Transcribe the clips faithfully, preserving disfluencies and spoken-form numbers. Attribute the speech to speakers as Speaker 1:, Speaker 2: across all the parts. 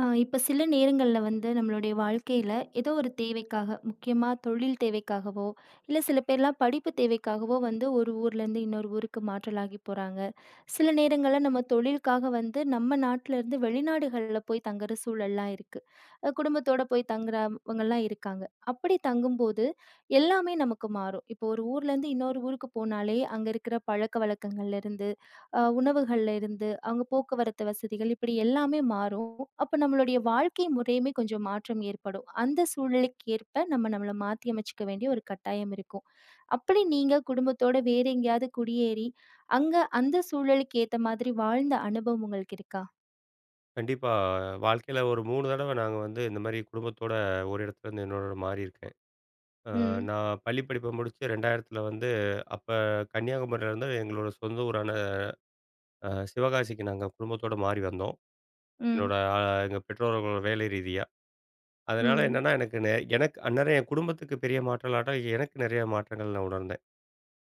Speaker 1: ஆ இப்ப சில நேரங்கள்ல வந்து நம்மளுடைய வாழ்க்கையில ஏதோ ஒரு தேவைக்காக, முக்கியமா தொழில் தேவைக்காகவோ, இல்ல சில பேர்லாம் படிப்பு தேவைக்காகவோ வந்து ஒரு ஊர்லேருந்து இன்னொரு ஊருக்கு மாற்றலாகி போறாங்க. சில நேரங்கள்ல நம்ம தொழிலுக்காக வந்து நம்ம நாட்டிலேருந்து வெளிநாடுகள்ல போய் தங்குற சூழல்லாம் இருக்கு. அ குடும்பத்தோட போய் தங்குறவங்கலாம் இருக்காங்க. அப்படி தங்கும்போது எல்லாமே நமக்கு மாறும். இப்போ ஒரு ஊர்லேருந்து இன்னொரு ஊருக்கு போனாலே, அங்க இருக்கிற பழக்கவழக்கங்கள்லேருந்து அ உணவுகள்ல இருந்து, அவங்க போக்குவரத்து வசதிகள் இப்படி எல்லாமே மாறும். அப்ப நம்மளுடைய வாழ்க்கை முறையுமே கொஞ்சம் மாற்றம் ஏற்படும். அந்த சூழ்நிலைக்கு ஏற்ப நம்ம நம்மள மாத்தி அமைச்சுக்க வேண்டிய ஒரு கட்டாயம் இருக்கும். அப்படி நீங்க குடும்பத்தோட வேற எங்கேயாவது குடியேறி, அங்க அந்த சூழலுக்கு ஏத்த மாதிரி வாழ்ந்த அனுபவம் உங்களுக்கு இருக்கா?
Speaker 2: கண்டிப்பா. வாழ்க்கையில ஒரு மூணு தடவ நாங்க வந்து இந்த மாரி குடும்பத்தோட ஒரு இடத்துலேருந்து இன்னொரு மாறி இருக்கேன். அ
Speaker 1: ம்,
Speaker 2: நான் பள்ளி படிப்ப முடிச்சு ரெண்டாயிரத்துல வந்து அப்ப கன்னியாகுமரியிலேருந்து எங்களோட சொந்த ஊரான அ சிவகாசிக்கு நாங்க குடும்பத்தோட மாறி வந்தோம்.
Speaker 1: ம்,
Speaker 2: என்னோட அ எங்க பெற்றோர்களோட வேலை ரீதியா. அதனால
Speaker 1: ம்.
Speaker 2: என்னன்னா எனக்கு நெ எனக்கு அந்நேரம் என் குடும்பத்துக்கு பெரிய மாற்றம் இல்லாட்டா, எனக்கு நெறைய மாற்றங்கள் நான் உணர்ந்தேன்.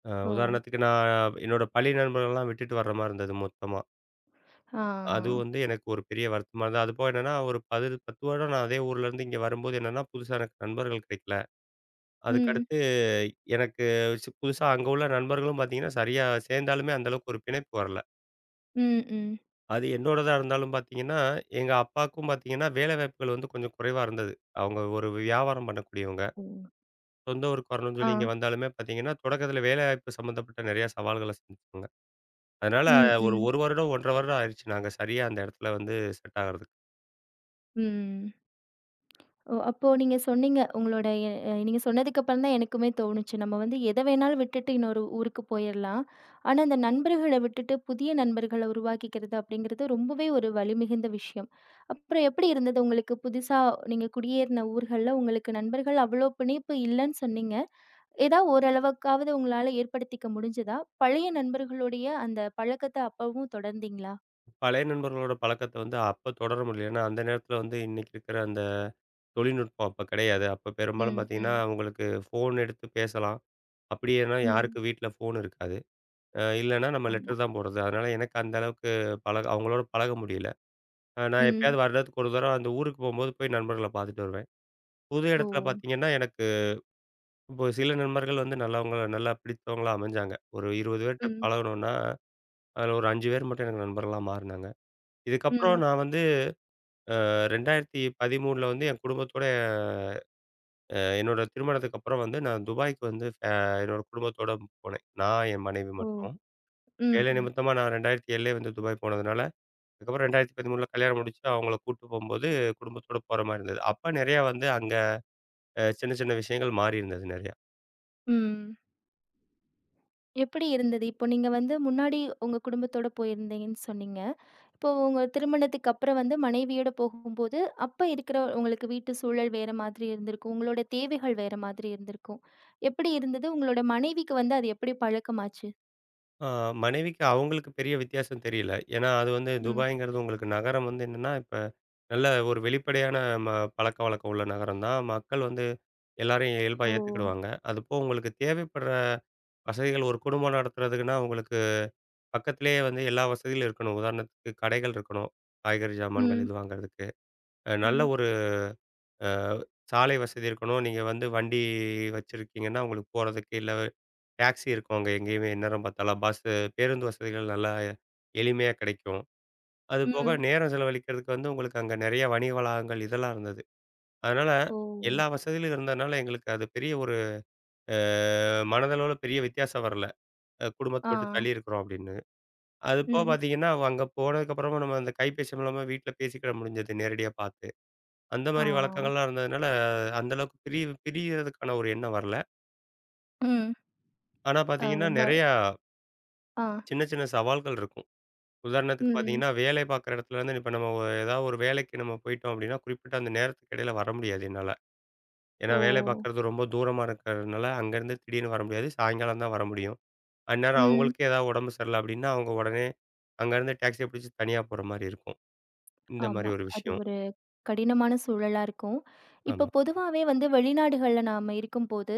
Speaker 2: அ
Speaker 1: ஓ!
Speaker 2: உதாரணத்துக்கு நான் என்னோட பள்ளி நண்பர்கள்லாம் விட்டுட்டு வர்ற மாரி இருந்தது மொத்தமா. அது
Speaker 1: ஆ.
Speaker 2: வந்து எனக்கு ஒரு பெரிய வருத்தமா இருந்தது. அதுபோக என்னன்னா, ஒரு பத்து, பத்து வருடம் நான் அதே ஊர்ல இருந்து இங்க வரும்போது என்னன்னா, புதுசா எனக்கு நண்பர்கள் கிடைக்கல.
Speaker 1: ம்,
Speaker 2: அதுக்கடுத்து எனக்கு சி புதுசா அங்க உள்ள நண்பர்களும் பார்த்தீங்கன்னா, சரியா சேர்ந்தாலுமே அந்த அளவுக்கு ஒரு பிணைப்பு வரல.
Speaker 1: ம், ம்.
Speaker 2: அது என்னோடதா இருந்தாலும் பார்த்தீங்கன்னா, எங்க அப்பாவுக்கும் பார்த்தீங்கன்னா, வேலை வாய்ப்புகள் வந்து கொஞ்சம் குறைவா இருந்தது. அவங்க ஒரு வியாபாரம் பண்ணக்கூடியவங்க.
Speaker 1: ஓ!
Speaker 2: சொந்த ஊருக்கு வரணும்னு
Speaker 1: ஆ.
Speaker 2: சொல்லி இங்க வந்தாலுமே பார்த்தீங்கன்னா, தொடக்கத்தில வேலைவாய்ப்பு சம்மந்தப்பட்ட நிறையா சவால்கள சந்திச்சாங்க. அதனால
Speaker 1: ம்,
Speaker 2: ஒரு
Speaker 1: ம்,
Speaker 2: 1 வருடம், ஒன்றே அரை வருடம் ஆயிருச்சு நாங்க சரியா அந்த இடத்துல வந்து செட் ஆகுறதுக்கு.
Speaker 1: ம். ஓ! அப்போ நீங்க சொன்னீங்க. உங்களோட எ அஹ் நீங்க சொன்னதுக்கு அப்புறம் தான் எனக்குமே தோணுச்சு. நம்ம வந்து எத வேணாலும் விட்டுட்டு இன்னொரு ஊருக்கு போயிரலாம். ஆனா, அந்த நண்பர்கள விட்டுட்டு புதிய நண்பர்கள உருவாக்கிக்கிறது அப்படிங்கிறது ரொம்பவே ஒரு வலிமிகுந்த விஷயம். அப்புறம் எப்படி இருந்தது உங்களுக்கு? புதுசா நீங்க குடியேறின ஊர்கள்ல உங்களுக்கு நண்பர்கள் அவ்வளோ பிணைப்பு இல்லன்னு சொன்னீங்க. ஏதாவது ஓரளவுக்காவது உங்களால ஏற்படுத்திக்க முடிஞ்சதா? பழைய நண்பர்களுடைய அந்த பழக்கத்த அப்பவும் தொடர்ந்தீங்களா?
Speaker 2: பழைய நண்பர்களோட பழக்கத்த வந்து அப்ப தொடர முடியல. ஏன்னா, அந்த நேரத்தில வந்து இன்னைக்கு இருக்கிற அந்த தொழில்நுட்பம் அப்ப கிடையாது. அப்ப பெரும்பாலும்
Speaker 1: ம்,
Speaker 2: பார்த்தீங்கன்னா,
Speaker 1: ம்.
Speaker 2: உங்களுக்கு ஃபோன் எடுத்து பேசலாம். அப்படியேன்னா
Speaker 1: ம்.
Speaker 2: யாருக்கு வீட்ல ஃபோன் இருக்காது. அ இல்லன்னா நம்ம
Speaker 1: ஆமா.
Speaker 2: லெட்டர் தான் போடுறது. அதனால எனக்கு அந்த அளவுக்கு பழக அவங்களோட பழக முடியல. அ நான்
Speaker 1: ம்.
Speaker 2: எப்பயாவது வருடத்துக்கு ஒரு தடவ அந்த ஊருக்கு போம்போது போய் நண்பர்கள பார்த்துட்டு வருவேன். புது
Speaker 1: ஓ!
Speaker 2: இடத்துல பார்த்தீங்கன்னா, எனக்கு இப்போ சில நண்பர்கள் வந்து நல்லவங்கள நல்லா பிடித்தவங்களா அமைஞ்சாங்க. ஒரு இருபது பேர்ட்ட
Speaker 1: ம்.
Speaker 2: பழகுனோம்னா, அதில ஒரு அஞ்சு பேர் மட்டும் எனக்கு நண்பர்களா மாறுனாங்க. இதுக்கப்புறம்
Speaker 1: ம்.
Speaker 2: நான் வந்து இரண்டாயிரத்து பதிமூணுல வந்து என் குடும்பத்தோட அ என்னோட திருமணத்துக்கு அப்புறம் வந்து நான் துபாய்க்கு வந்து ஃபே என்னோட குடும்பத்தோட போனேன். நான், என் மனைவி
Speaker 1: ஓ!
Speaker 2: மட்டும்.
Speaker 1: ம்,
Speaker 2: வேலை
Speaker 1: ம்,
Speaker 2: நிமித்தமா நான் இரண்டாயிரத்து ஏழுலே வந்து துபாய் போனதுனால, அதுக்கப்புறம் இரண்டாயிரத்து பதிமூணுல கல்யாணம் முடிச்சு அவங்கள கூட்டு போம்போது குடும்பத்தோட போற மாரி இருந்தது. அப்ப நெறையா வந்து அங்க அ சின்ன சின்ன விஷயங்கள் மாறி இருந்தது நெறையா.
Speaker 1: ம். எப்படி இருந்தது? இப்போ நீங்க வந்து முன்னாடி உங்க குடும்பத்தோட போயிருந்தீங்கன்னு சொன்னீங்க. இப்போ உங்க திருமணத்துக்கு அப்புறம் வந்து மனைவியோட போகும்போது, அப்ப இருக்கிற உங்களுக்கு வீட்டு சூழல் வேற மாதிரி இருந்திருக்கும். உங்களோட தேவைகள் வேற மாதிரி இருந்திருக்கும். எப்படி இருந்தது? உங்களோட மனைவிக்கு வந்து அது எப்படி பழக்கமாச்சு?
Speaker 2: அ மனைவிக்கு அவங்களுக்கு பெரிய வித்தியாசம் தெரியல. ஏன்னா அது வந்து
Speaker 1: ம்.
Speaker 2: துபாய்ங்கிறது உங்களுக்கு நகரம் வந்து என்னன்னா, இப்ப நல்ல ஒரு வெளிப்படையான ம பழக்கவழக்கம் உள்ள நகரம் தான். மக்கள் வந்து எல்லாரையும் இயல்பா
Speaker 1: ஓ!
Speaker 2: ஏத்துக்கிடுவாங்க. அதுபோக உங்களுக்கு தேவைப்படுற வசதிகள் ஒரு குடும்பம் நடத்துறதுக்குன்னா, உங்களுக்கு பக்கத்திலேயே வந்து எல்லா வசதிகளும் இருக்கணும். உதாரணத்துக்கு கடைகள் இருக்கணும். காய்கறி ஜாமான்கள்
Speaker 1: ம்,
Speaker 2: இது வாங்குறதுக்கு. அ நல்ல
Speaker 1: ம்,
Speaker 2: ஒரு அ சாலை வசதி இருக்கணும். நீங்க வந்து வண்டி வச்சிருக்கீங்கன்னா, உங்களுக்கு போறதுக்கு இல்ல டாக்ஸி இருக்கும். அங்க எங்கேயுமே எந்நேரம் பார்த்தாலும் பஸ்ஸு, பேருந்து வசதிகள் நல்லா எளிமையா கிடைக்கும். அதுபோக
Speaker 1: ம்.
Speaker 2: நேரம் செலவழிக்கிறதுக்கு வந்து உங்களுக்கு அங்க நெறைய வணிக வளாகங்கள் இதெல்லாம் இருந்தது. அதனால,
Speaker 1: ஓ!
Speaker 2: எல்லா வசதிகளும் இருந்ததுனால எங்களுக்கு அது பெரிய ஒரு அ மனதளவுல பெரிய வித்தியாசம் வரல. அ குடும்பத்த
Speaker 1: ஆ,
Speaker 2: விட்டு தள்ளி இருக்கிறோம் அப்படின்னு. அது போக
Speaker 1: ம்.
Speaker 2: பார்த்தீங்கன்னா, அங்க போனதுக்கப்புறமா நம்ம அந்த கைபேசி மூலமா வீட்ல பேசிக்கிட முடிஞ்சது நேரடியா பார்த்து. அந்த
Speaker 1: ஆ,
Speaker 2: மாரி வழக்கங்கள்லாம் இருந்ததுனால, அந்த அளவுக்கு பிரி பிரியறதுக்கான ஒரு எண்ணம் வரல.
Speaker 1: ம்.
Speaker 2: ஆனா
Speaker 1: அ
Speaker 2: பார்த்தீங்கன்னா,
Speaker 1: ரொம்ப
Speaker 2: நெறையா
Speaker 1: ஆ,
Speaker 2: சின்ன சின்ன சவால்கள் இருக்கும். உதாரணத்துக்கு
Speaker 1: ம்.
Speaker 2: பார்த்தீங்கன்னா, வேலை பார்க்குற இடத்துலருந்து இப்ப நம்ம ஒ ஏதாவது ஒரு வேலைக்கு நம்ம போயிட்டோம் அப்படின்னா, குறிப்பிட்ட அந்த நேரத்துக்கு இடையில வர முடியாது என்னால. ஏன்னா
Speaker 1: ஓ!
Speaker 2: வேலை பார்க்குறது ரொம்ப தூரமா இருக்கிறதுனால, அங்கேருந்து திடீர்னு வர முடியாது. சாயங்காலம் தான் வர முடியும். அந்நேரம்
Speaker 1: ம்.
Speaker 2: அவங்களுக்கே ஏதாவது உடம்பு சரியில்ல அப்டின்னா, அவங்க உடனே அங்கேருந்து டாக்ஸிய பிடிச்சு தனியா போற மாரி இருக்கும். இந்த மாரி
Speaker 1: ஆமா.
Speaker 2: ஒரு
Speaker 1: அது
Speaker 2: விஷயம்.
Speaker 1: ஒரு கடினமான சூழலா இருக்கும். இப்போ
Speaker 2: ஆமா,
Speaker 1: பொதுவாவே வந்து வெளிநாடுகள்ல நாம இருக்கும்போது,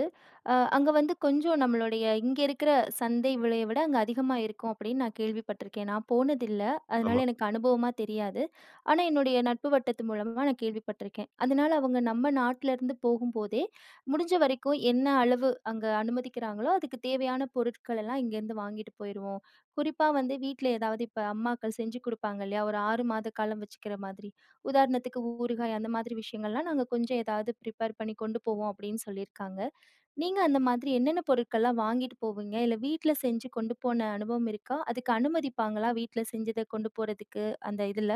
Speaker 1: அ அங்க வந்து கொஞ்சம் நம்மளுடைய இங்க இருக்கிற சந்தை விலைய விட அங்க அதிகமா இருக்கும் அப்படின்னு நான் கேள்விப்பட்டிருக்கேன். நான் போனதில்ல.
Speaker 2: ஆமா.
Speaker 1: அதனால எனக்கு அனுபவமா தெரியாது. ஆனா என்னுடைய நட்பு வட்டத்து மூலமா நான் கேள்விப்பட்டிருக்கேன். அதனால அவங்க நம்ம நாட்டிலருந்து போகும்போதே, முடிஞ்ச வரைக்கும் என்ன அளவு அங்க அனுமதிக்கிறாங்களோ, அதுக்கு தேவையான பொருட்கள் எல்லாம் இங்கேருந்து வாங்கிட்டு போயிருவோம். குறிப்பா வந்து வீட்ல ஏதாவது இப்ப அம்மாக்கள் செஞ்சு குடுப்பாங்க இல்லையா? ஒரு ஆறு மாத காலம் வச்சுக்கிற மாதிரி. உதாரணத்துக்கு ஊறுகாய் அந்த மாதிரி விஷயங்கள்லாம் நாங்க கொஞ்சம் ஏதாவது ப்ரிப்பேர் பண்ணி கொண்டு போவோம் அப்படின்னு சொல்லியிருக்காங்க. நீங்க அந்த மாதிரி என்னென்ன பொருட்கள்லாம் வாங்கிட்டு போவீங்க? இல்ல வீட்ல செஞ்சு கொண்டு போன அனுபவம் இருக்கா? அதுக்கு அனுமதிப்பாங்களா வீட்ல செஞ்சத கொண்டு போறதுக்கு அந்த இதுல?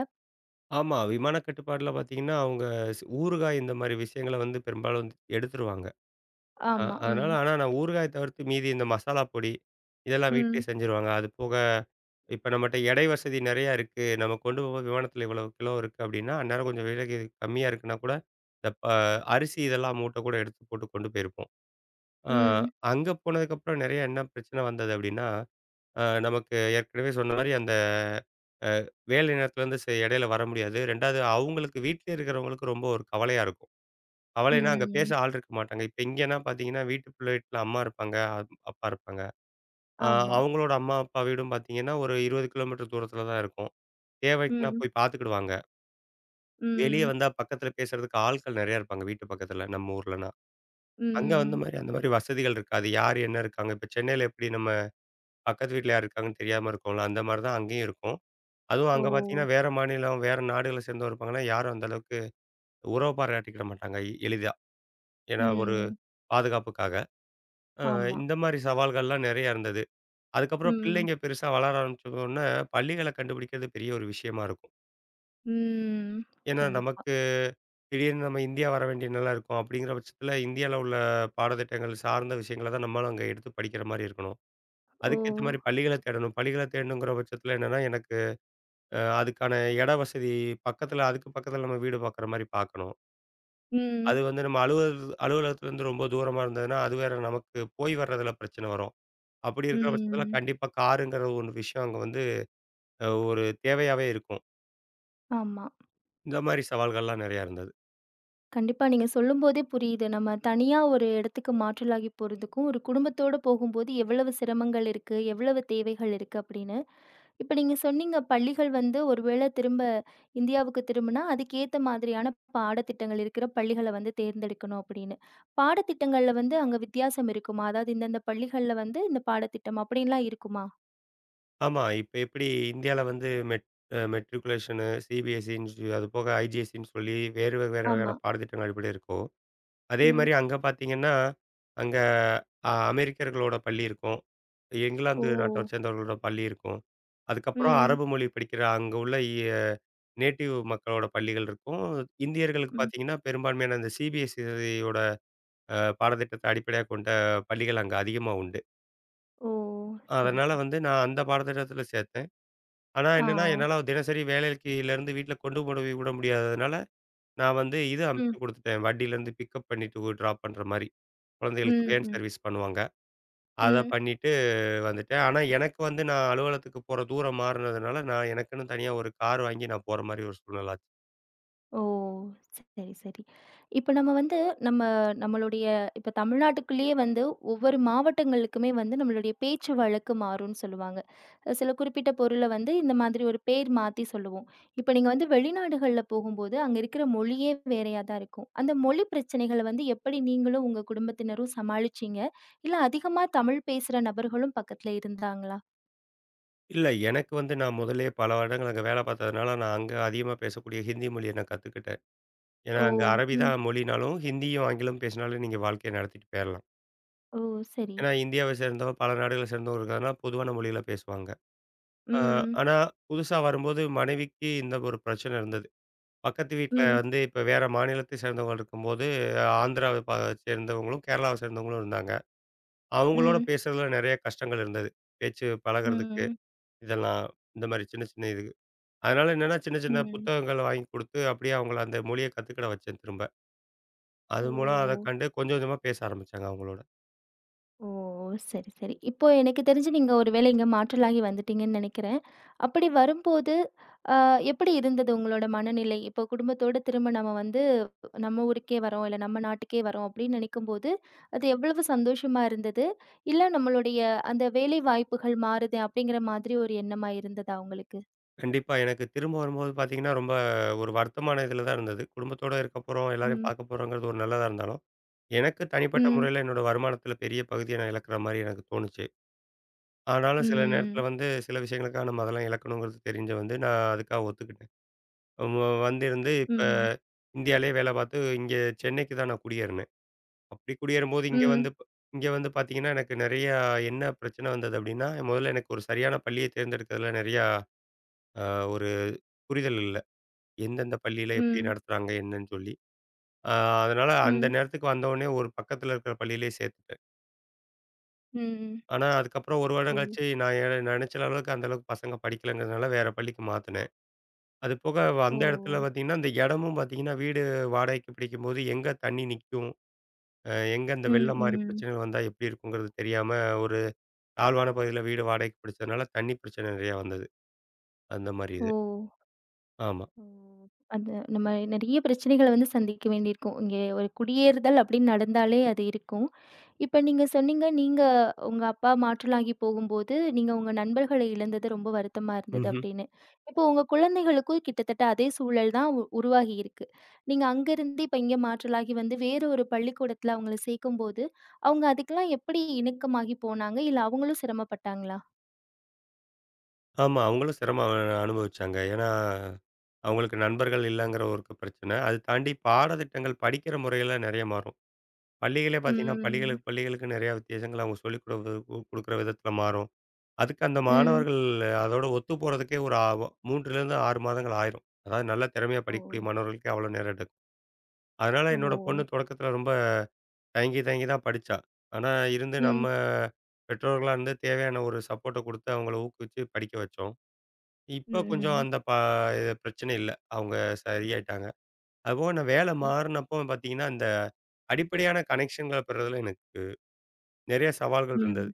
Speaker 2: ஆமா. விமான கட்டுப்பாடுல பார்த்தீங்கன்னா, அவங்க ஸ் ஊறுகாய் இந்த மாரி விஷயங்கள வந்து பெரும்பாலும் வந்து எடுத்துருவாங்க. அ
Speaker 1: ஆமா.
Speaker 2: அதனால
Speaker 1: ம்.
Speaker 2: ஆனா நான் ஊறுகாய தவிர்த்து மீதி இந்த மசாலா பொடி, இதெல்லாம் வீட்லயே
Speaker 1: ம்.
Speaker 2: செஞ்சுருவாங்க. அது போக இப்ப நம்மட்ட எடை வசதி நெறையா இருக்கு. நம்ம கொண்டு போம்போது விமானத்தில இவ்வளோ கிலோ இருக்கு அப்டின்னா, அந்நேரம் கொஞ்சம் விலைக்கு கம்மியா இருக்குன்னா கூட, இந்த ப அரிசி இதெல்லாம் மூட்ட கூட எடுத்து போட்டு கொண்டு போயிருப்போம். அ
Speaker 1: ம்.
Speaker 2: அங்க போனதுக்கப்புறம் நெறையா என்ன பிரச்சனை வந்தது அப்டின்னா, அ நமக்கு ஏற்கனவே சொன்ன மாரி அந்த வேலை நேரத்துலேருந்து செ இடையில வர முடியாது. ரெண்டாவது அவங்களுக்கு வீட்ல இருக்கிறவங்களுக்கு ரொம்ப ஒரு கவலையா இருக்கும். கவலைன்னா அங்க பேச
Speaker 1: ம்.
Speaker 2: ஆள் இருக்க மாட்டாங்க. இப்ப இங்கன்னா பார்த்தீங்கன்னா, வீட்டுக்குள்ள வீட்ல அம்மா இருப்பாங்க, அப் அப்பா இருப்பாங்க. அ
Speaker 1: ஆமா.
Speaker 2: அவங்களோட அம்மா, அப்பா வீடும் பார்த்தீங்கன்னா, ஒரு இருபது கிலோமீட்டர் தூரத்தில தான் இருக்கும். தேவைக்குன்னா
Speaker 1: ம்.
Speaker 2: போய் பார்த்துக்கிடுவாங்க. வெளிய
Speaker 1: ம்.
Speaker 2: வந்தா பக்கத்தில பேசுறதுக்கு ஆட்கள் நெறையா இருப்பாங்க, வீட்டு பக்கத்தில நம்ம ஊர்லன்னா. அங்க வந்து
Speaker 1: ம்.
Speaker 2: மாரி அந்த மாரி வசதிகள் இருக்காது. யார் என்ன இருக்காங்க? இப்ப சென்னையில எப்படி நம்ம பக்கத்து வீட்ல யார் இருக்காங்கன்னு தெரியாம இருக்கோம்ல, அந்த மாரி தான் அங்கேயும் இருக்கும். அதுவும்
Speaker 1: ஓ!
Speaker 2: அங்க பார்த்தீங்கன்னா, வேற மாநிலம், வேற நாடுகள சேர்ந்தவங்க இருப்பாங்கன்னா, யாரும் அந்த அளவுக்கு உறவு பாராட்டிக்கிட மாட்டாங்க எளிதா. ஏன்னா ஒரு
Speaker 1: ம்.
Speaker 2: பாதுகாப்புக்காக. அ
Speaker 1: ஆமா.
Speaker 2: இந்த மாரி சவால்கள்லாம் நெறையா இருந்தது. அதுக்கப்புறம்
Speaker 1: ம்.
Speaker 2: பிள்ளைங்க பெருசா வளர ஆரம்பிச்சோனே, பள்ளிகள கண்டுபிடிக்கிறது பெரிய ஒரு விஷயமா இருக்கும்.
Speaker 1: ம்.
Speaker 2: ஏன்னா,
Speaker 1: கண்டிப்பா.
Speaker 2: நமக்கு திடீர்னு நம்ம இந்தியா வர வேண்டிய நிலை இருக்கும். அப்படிங்கிற பட்சத்தில இந்தியால உள்ள பாடத்திட்டங்கள் சார்ந்த விஷயங்கள தான் நம்மளும் அங்க எடுத்து படிக்கிற மாரி இருக்கணும்.
Speaker 1: ஓ!
Speaker 2: அதுக்கேத்த மாரி பள்ளிகள தேடணும். பள்ளிகள தேடணுங்கிற பட்சத்தில என்னன்னா, எனக்கு அ அதுக்கான இட வசதி பக்கத்தில அதுக்கு பக்கத்தில நம்ம வீடு பாக்குற மாரி பாக்கணும்.
Speaker 1: ம்.
Speaker 2: அது வந்து நம்ம அலுவல் அலுவலகத்திலேருந்து ரொம்ப தூரமா இருந்ததுன்னா, அது வேற நமக்கு போய் வர்றதில பிரச்சனை வரும். அப்படி இருக்கிற பட்சத்தில
Speaker 1: ம்.
Speaker 2: கண்டிப்பா காருங்கிற ஒரு விஷயம் அங்க வந்து அ ஒரு தேவையாவே இருக்கும்.
Speaker 1: ஆமா.
Speaker 2: இந்த மாரி சவால்கள்லாம் நெறையா இருந்தது.
Speaker 1: கண்டிப்பா. நீங்க சொல்லும்போதே புரியுது. நம்ம தனியா ஒரு இடத்துக்கு மாற்றலாகி போறதுக்கும், ஒரு குடும்பத்தோட போகும்போது எவ்வளவு சிரமங்கள் இருக்கு, எவ்வளவு தேவைகள் இருக்கு அப்படின்னு. இப்ப நீங்க சொன்னீங்க பள்ளிகள் வந்து ஒருவேளை திரும்ப இந்தியாவுக்கு திரும்புனா, அதுக்கேத்த மாதிரியான பாடத்திட்டங்கள் இருக்கிற பள்ளிகள வந்து தேர்ந்தெடுக்கணும் அப்படின்னு. பாடத்திட்டங்கள்ல வந்து அங்க வித்தியாசம் இருக்குமா? அதாவது இந்தந்த பள்ளிகள்ல வந்து இந்த பாடத்திட்டம் அப்படின்லாம் இருக்குமா?
Speaker 2: ஆமா, இப்ப எப்படி இந்தியால வந்து மெட் அ மெட்ரிகுலேஷனு, சிபிஎஸ்இன்னு அது போக ஐஜிஎஸ்இன்னு சொல்லி வேறு வெவ்வேறு வகையான
Speaker 1: ஆமா.
Speaker 2: பாடத்திட்டங்கள் எப்படி இருக்கோ, அதே
Speaker 1: ம்.
Speaker 2: மாரி அங்க பார்த்தீங்கன்னா, அங்க அ அமெரிக்கர்களோட பள்ளி இருக்கும்.
Speaker 1: ஓ!
Speaker 2: இங்கிலாந்து நாட்டை சேர்ந்தவர்களோட பள்ளி இருக்கும். அதுக்கப்புறம்
Speaker 1: ம்.
Speaker 2: அரபு மொழி படிக்கிற அங்க உள்ள இ நேட்டிவ் மக்களோட பள்ளிகள் இருக்கும். இந்தியர்களுக்கு
Speaker 1: ம்.
Speaker 2: பார்த்தீங்கன்னா, பெரும்பான்மையான அந்த சிபிஎஸ்இயோட அ பாடத்திட்டத்த அடிப்படையாகக் கொண்ட பள்ளிகள் அங்க அதிகமா உண்டு.
Speaker 1: ஓ! சரி,
Speaker 2: அதனால
Speaker 1: சரி.
Speaker 2: வந்து நான் அந்த பாடத்திட்டத்துல சேர்த்தேன். ஆனா
Speaker 1: ஆ.
Speaker 2: என்னன்னா, என்னால தினசரி வேலைக்கிலேருந்து வீட்ல கொண்டு போய் விட முடியாததுனால, நான் வந்து இது
Speaker 1: ம்.
Speaker 2: அமைச்சு குடுத்துட்டேன். வண்டியிலேருந்து பிக்கப் பண்ணிட்டு டிராப் பண்ற மாரி. குழந்தைகளுக்கு
Speaker 1: ம்,
Speaker 2: வேன்
Speaker 1: ம்.
Speaker 2: சர்வீஸ் பண்ணுவாங்க. அத
Speaker 1: ம்.
Speaker 2: பண்ணிட்டு வந்துட்டேன். ஆனா எனக்கு வந்து நான் அலுவலகத்துக்கு போற தூரம் மாறுனதுனால, நான் எனக்குன்னு தனியா ஒரு கார் வாங்கி நான் போற மாரி ஒரு சூழ்நிலை ஆச்சு.
Speaker 1: ஓ! சரி, சரி. இப்ப நம்ம வந்து நம்ம நம்மளுடைய இப்ப தமிழ்நாட்டுக்குள்ளேயே வந்து ஒவ்வொரு மாவட்டங்களுக்குமே வந்து நம்மளுடைய பேச்சு வழக்கு மாறும்னு சொல்லுவாங்க. அஹ் சில குறிப்பிட்ட பொருள வந்து இந்த மாதிரி ஒரு பேர் மாத்தி சொல்லுவோம். இப்ப நீங்க வந்து வெளிநாடுகள்ல போகும்போது, அங்க இருக்கிற மொழியே வேறையா தான் இருக்கும். அந்த மொழி பிரச்சனைகள வந்து எப்படி நீங்களும் உங்க குடும்பத்தினரும் சமாளிச்சீங்க? இல்ல அதிகமா தமிழ் பேசுற நபர்களும் பக்கத்துல இருந்தாங்களா?
Speaker 2: இல்ல எனக்கு வந்து நான் முதல்லயே பல வருடங்கள் அங்க வேலை பார்த்ததுனால, நான் அங்க அதிகமா பேசக்கூடிய ஹிந்தி மொழிய நான் கத்துக்கிட்டேன். ஏன்னா,
Speaker 1: ஓ!
Speaker 2: அங்க அரபி
Speaker 1: ம்.
Speaker 2: தான் மொழினாலும், ஹிந்தியும், ஆங்கிலமும் பேசினாலும் நீங்க வாழ்க்கைய நடத்திட்டு போயிரலாம்.
Speaker 1: ஓ! சரி.
Speaker 2: ஏன்னா, இந்தியாவை சேர்ந்தவங்க, பல நாடுகளை சேர்ந்தவங்க இருக்கிறதுனால பொதுவான மொழியில பேசுவாங்க. ஆ
Speaker 1: ம்.
Speaker 2: ஆனா, புதுசா வரும்போது மனைவிக்கு இந்த ஒரு பிரச்சனை இருந்தது. பக்கத்து வீட்ல
Speaker 1: ம்.
Speaker 2: வந்து இப்ப வேற மாநிலத்தை சேர்ந்தவங்க இருக்கும்போது, அஹ் ஆந்திராவை ப சேர்ந்தவங்களும், கேரளாவை சேர்ந்தவங்களும் இருந்தாங்க. அவங்களோட
Speaker 1: ம்.
Speaker 2: பேசுறதுல நெறைய கஷ்டங்கள் இருந்தது. பேச்சு பழகுறதுக்கு,
Speaker 1: ம்.
Speaker 2: இதெல்லாம் இந்த மாரி சின்ன சின்ன இது. அதனால என்னன்னா, சின்ன சின்ன
Speaker 1: ம்.
Speaker 2: புத்தகங்கள் வாங்கி குடுத்து, அப்படியே அவங்கள அந்த மொழிய கத்துக்கிட வச்சேன் திரும்ப. அது
Speaker 1: ஓ!
Speaker 2: மூலம் அத கண்டு கொஞ்சம் கொஞ்சமா பேச ஆரம்பிச்சாங்க அவங்களோட.
Speaker 1: ஓ! சரி, சரி. இப்போ எனக்கு தெரிஞ்சு நீங்க ஒருவேளை இங்க மாற்றலாகி வந்துட்டீங்கன்னு நெனைக்கிறேன். அப்படி வரும்போது, அ எப்படி இருந்தது உங்களோட மனநிலை? இப்போ குடும்பத்தோட திரும்ப நம்ம வந்து நம்ம ஊருக்கே வரோம், இல்ல நம்ம நாட்டுக்கே வரோம் அப்படின்னு நெனைக்கும்போது, அது எவ்வளவு சந்தோஷமா இருந்தது? இல்ல நம்மளுடைய அந்த வேலை வாய்ப்புகள் மாறுதே அப்படிங்கிற மாதிரி ஒரு எண்ணமா இருந்ததா உங்களுக்கு?
Speaker 2: கண்டிப்பா எனக்கு திரும்ப வரும்போது பார்த்தீங்கன்னா, ரொம்ப ஒரு வருத்தமான இதில தான் இருந்தது. குடும்பத்தோட இருக்க போறோம், எல்லாரையும்
Speaker 1: ம்,
Speaker 2: பார்க்க போறோங்கிறது ஒரு நல்லதா இருந்தாலும், எனக்கு தனிப்பட்ட
Speaker 1: ம்,
Speaker 2: முறையில என்னோட வருமானத்தில பெரிய பகுதிய நான் இழக்கிற மாரி எனக்கு தோணுச்சு. ஆனாலும் சில நேரத்தில
Speaker 1: ம்,
Speaker 2: வந்து சில விஷயங்களுக்காக நம்ம அதெல்லாம் இழக்கணுங்கிறது தெரிஞ்சு வந்து நான் அதுக்காக ஒத்துக்கிட்டேன். வ வந்திருந்து இப்ப
Speaker 1: ம்,
Speaker 2: இந்தியாவிலேயே வேலை பார்த்து இங்கே சென்னைக்கு தான் நான் குடியேறினேன். அப்படி குடியேறும்போது இங்க வந்து
Speaker 1: ம்,
Speaker 2: ப் இங்க வந்து பார்த்தீங்கன்னா, எனக்கு நெறையா என்ன பிரச்சனை வந்தது அப்படின்னா, முதல்ல எனக்கு ஒரு சரியான பள்ளிய தேர்ந்தெடுக்கிறதுல நெறையா அ ஒரு புரிதல் இல்ல. எந்தெந்த பள்ளியில எப்படி
Speaker 1: ம்,
Speaker 2: நடத்துறாங்க என்னன்னு சொல்லி. அ அதனால
Speaker 1: ம்,
Speaker 2: அந்த
Speaker 1: ம்,
Speaker 2: நேரத்துக்கு வந்தவுடனே ஒரு பக்கத்தில இருக்கிற பள்ளியிலேயே சேர்த்துட்டேன்.
Speaker 1: ம்.
Speaker 2: ஆனா அதுக்கப்புறம் ஒரு வருடம்
Speaker 1: ஓ!
Speaker 2: கழிச்சு நான் எ நெனைச்ச அளவுக்கு அந்த அளவுக்கு பசங்க படிக்கலங்கிறதுனால வேற பள்ளிக்கு மாத்துனேன். அது போக
Speaker 1: ஓ!
Speaker 2: அந்த இடத்துல பார்த்தீங்கன்னா, அந்த இடமும் பார்த்தீங்கன்னா, வீடு வாடகைக்கு பிடிக்கும்போது எங்க தண்ணி நிக்கும்? அ எங்க இந்த
Speaker 1: ம்,
Speaker 2: வெள்ளம் மாரி
Speaker 1: ம்.
Speaker 2: பிரச்சனைகள் வந்தா எப்படி இருக்குங்கிறது தெரியாம ஒரு தாழ்வான பகுதியில வீடு வாடகைக்கு பிடிச்சதுனால தண்ணி பிரச்சனை நிறையா வந்தது. அந்த மாரி
Speaker 1: ஓ!
Speaker 2: இது. ஆமா.
Speaker 1: ம். அந்த நம்ம நெறைய பிரச்சனைகள வந்து சந்திக்க வேண்டியிருக்கும். இங்கே ஒரு குடியேறுதல் அப்படின்னு நடந்தாலே அது இருக்கும். இப்ப நீங்க சொன்னீங்க, நீங்க உங்க அப்பா மாற்றலாகி போகும்போது, நீங்க உங்க நண்பர்களை இழந்தது ரொம்ப வருத்தமா இருந்தது
Speaker 2: ம்ஹ்ம்.
Speaker 1: அப்படின்னு. இப்போ உங்க குழந்தைகளுக்கும் கிட்டத்தட்ட அதே சூழல் தான் உ உருவாகி இருக்கு. நீங்க அங்கருந்து இப்ப இங்க மாற்றலாகி வந்து வேற ஒரு பள்ளிக்கூடத்துல அவங்கள சேர்க்கும்போது, அவங்க அதுக்கெல்லாம் எப்படி இணக்கமாகி போனாங்க? இல்ல அவங்களும் சிரமப்பட்டாங்களா?
Speaker 2: ஆமா. அவங்களும் சிரமம் அ அனுபவிச்சாங்க. ஏன்னா, அவங்களுக்கு நண்பர்கள் இல்லங்கிற ஒரு க பிரச்சனை. அது தாண்டி பாடத்திட்டங்கள் படிக்கிற முறையில நெறைய மாறும். பள்ளிகளே பார்த்தீங்கன்னா,
Speaker 1: ம்.
Speaker 2: பள்ளிகளுக்கு பள்ளிகளுக்கு நிறையா வித்தியாசங்கள் அவங்க சொல்லிக் குடு கு குடுக்குற விதத்தில மாறும். அதுக்கு அந்த
Speaker 1: ம்.
Speaker 2: மாணவர்கள் அதோட ஒத்து போறதுக்கே ஒரு ஆ 3லேருந்து ஆறு மாதங்கள் ஆயிரும். அதாவது நல்ல திறமையா
Speaker 1: ஓ!
Speaker 2: படிக்கக்கூடிய மாணவர்களுக்கே அவ்வளோ நேரம் எடுக்கும். அதனால என்னோட பொண்ணு
Speaker 1: ஓ!
Speaker 2: தொடக்கத்தில ரொம்ப தயங்கி, தயங்கி தான் படிச்சா. ஆனா, இருந்து நம்ம
Speaker 1: ம்.
Speaker 2: பெற்றோர்களா இருந்து தேவையான ஒரு சப்போர்ட்ட குடுத்து அவங்கள ஊக்குவிச்சு படிக்க வச்சோம். இப்ப கொஞ்சம்
Speaker 1: ம்.
Speaker 2: அந்த ப இது பிரச்சனை இல்ல. அவங்க சரியாயிட்டாங்க. அதுபோக நான் வேலை
Speaker 1: ம்.
Speaker 2: மாறுனப்போ பார்த்தீங்கன்னா, இந்த அடிப்படையான கனெக்ஷன்கள பெறுறதுல எனக்கு நெறைய சவால்கள் இருந்தது.
Speaker 1: ம்.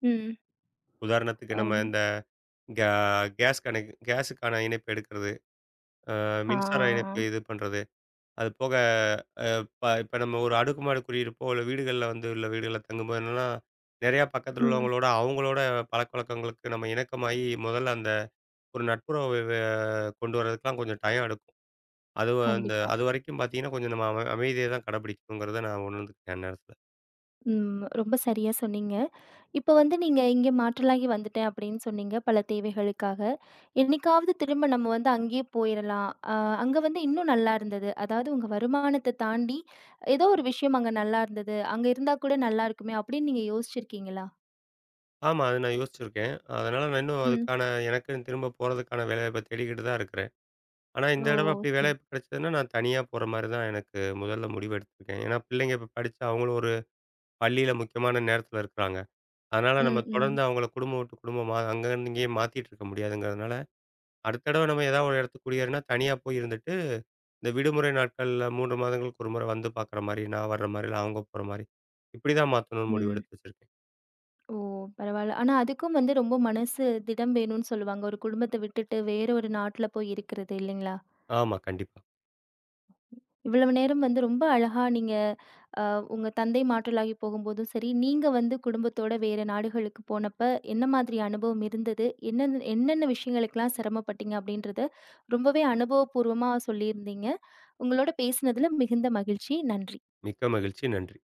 Speaker 1: ம்.
Speaker 2: உதாரணத்துக்கு நம்ம
Speaker 1: அம்
Speaker 2: இந்த கே கேஸ் கனெக் கேஸுக்கான இணைப்பு எடுக்கிறது, அ
Speaker 1: ஆ.
Speaker 2: மின்சார இணைப்பு இது பண்றது, அது போக இப்ப இப்ப நம்ம ஒரு அடுக்குமாடி குடியிருப்போ, இல்ல வீடுகள்ல வந்து உள்ள வீடுகள்ல தங்கும்போது என்னன்னா, நெறையா பக்கத்துல
Speaker 1: ம்.
Speaker 2: உள்ளவங்களோட, அவங்களோட பழக்கவழக்கங்களுக்கு நம்ம இணக்கமாயி, முதல்ல அந்த ஒரு நட்புறவு வெ கொண்டு வரதுக்குலாம் கொஞ்சம் டைம் எடுக்கும். அது வ- அந்த
Speaker 1: கண்டிப்பா.
Speaker 2: அதுவரைக்கும் பார்த்தீங்கன்னா, கொஞ்சம் நம்ம அம அமைதிய தான் கடைபிடிக்கணுங்கிறத நான் உணர்ந்துக்கிட்டேன் அந்நேரத்துல.
Speaker 1: ம். ரொம்ப சரியா சொன்னீங்க. இப்ப வந்து நீங்க இங்க மாற்றலாகி வந்துட்டேன் அப்படின்னு சொன்னீங்க, பல தேவைகளுக்காக. என்னைக்காவது திரும்ப நம்ம வந்து அங்கேயே போயிரலாம். அ அங்க வந்து இன்னும் நல்லா இருந்தது. அதாவது உங்க வருமானத்த தாண்டி ஏதோ ஒரு விஷயம் அங்க நல்லா இருந்தது. அங்க இருந்தா கூட நல்லா இருக்குமே அப்படின்னு நீங்க யோசிச்சிருக்கீங்களா?
Speaker 2: ஆமா, அது நான் யோசிச்சிருக்கேன். அதனால நான் இன்னும்
Speaker 1: ம்.
Speaker 2: அதுக்கான எனக்குன்னு திரும்ப போறதுக்கான வேலைவாய்ப்ப தேடிக்கிட்டு தான் இருக்கிறேன். ஆனா இந்த
Speaker 1: ஓ!
Speaker 2: தடவ அப்படி
Speaker 1: சரி.
Speaker 2: வேலைவாய்ப்பு கிடைச்சதுன்னா, நான் தனியா போற மாரி தான் எனக்கு முதல்ல முடிவு எடுத்திருக்கேன். ஏன்னா பிள்ளைங்க இப்ப படிச்சு அவங்களும் ஒரு பள்ளியில முக்கியமான நேரத்துல இருக்கிறாங்க. அதனால நம்ம
Speaker 1: ம், ம்,
Speaker 2: தொடர்ந்து அவங்கள குடும்பம் விட்டு குடும்பமா அங்க இங்கேயே மாத்திட்டு இருக்க முடியாதுங்கிறதுனால, அடுத்த தடவ நம்ம ஏதாவது ஒரு இடத்துக்கு குடியேறினா, தனியா போய் இருந்துட்டு, இந்த விடுமுறை நாட்கள்ல மூன்று மாதங்களுக்கு ஒரு முறை வந்து பார்க்குற மாரி, நான் வர்ற மாரி, இல்ல அவங்க போற மாரி, இப்படிதான் மாத்தணும்னு முடிவு
Speaker 1: ம்.
Speaker 2: எடுத்து வச்சிருக்கேன்.
Speaker 1: ஓ! பரவால்ல. ஆனா அதுக்கும் வந்து ரொம்ப மனசு திடம் வேணும்னு சொல்லுவாங்க. ஒரு குடும்பத்த விட்டுட்டு வேற ஒரு நாட்ல போய் இருக்கிறது இல்லைங்களா?
Speaker 2: ஆமா, கண்டிப்பா.
Speaker 1: இவ்வளவு நேரம் வந்து ரொம்ப அழகா நீங்க அ உங்க தந்தை மாற்றலாகி போகும்போதும் சரி, நீங்க வந்து குடும்பத்தோட வேற நாடுகளுக்கு போனப்ப என்ன மாதிரி அனுபவம் இருந்தது? என்னென்ன என்னென்ன விஷயங்களுக்கெல்லாம் சிரமப்பட்டீங்க அப்படின்றத ரொம்பவே அனுபவபூர்வமா சொல்லியிருந்தீங்க. உங்களோட பேசினதுல மிகுந்த மகிழ்ச்சி. நன்றி.
Speaker 2: மிக்க மகிழ்ச்சி. நன்றி.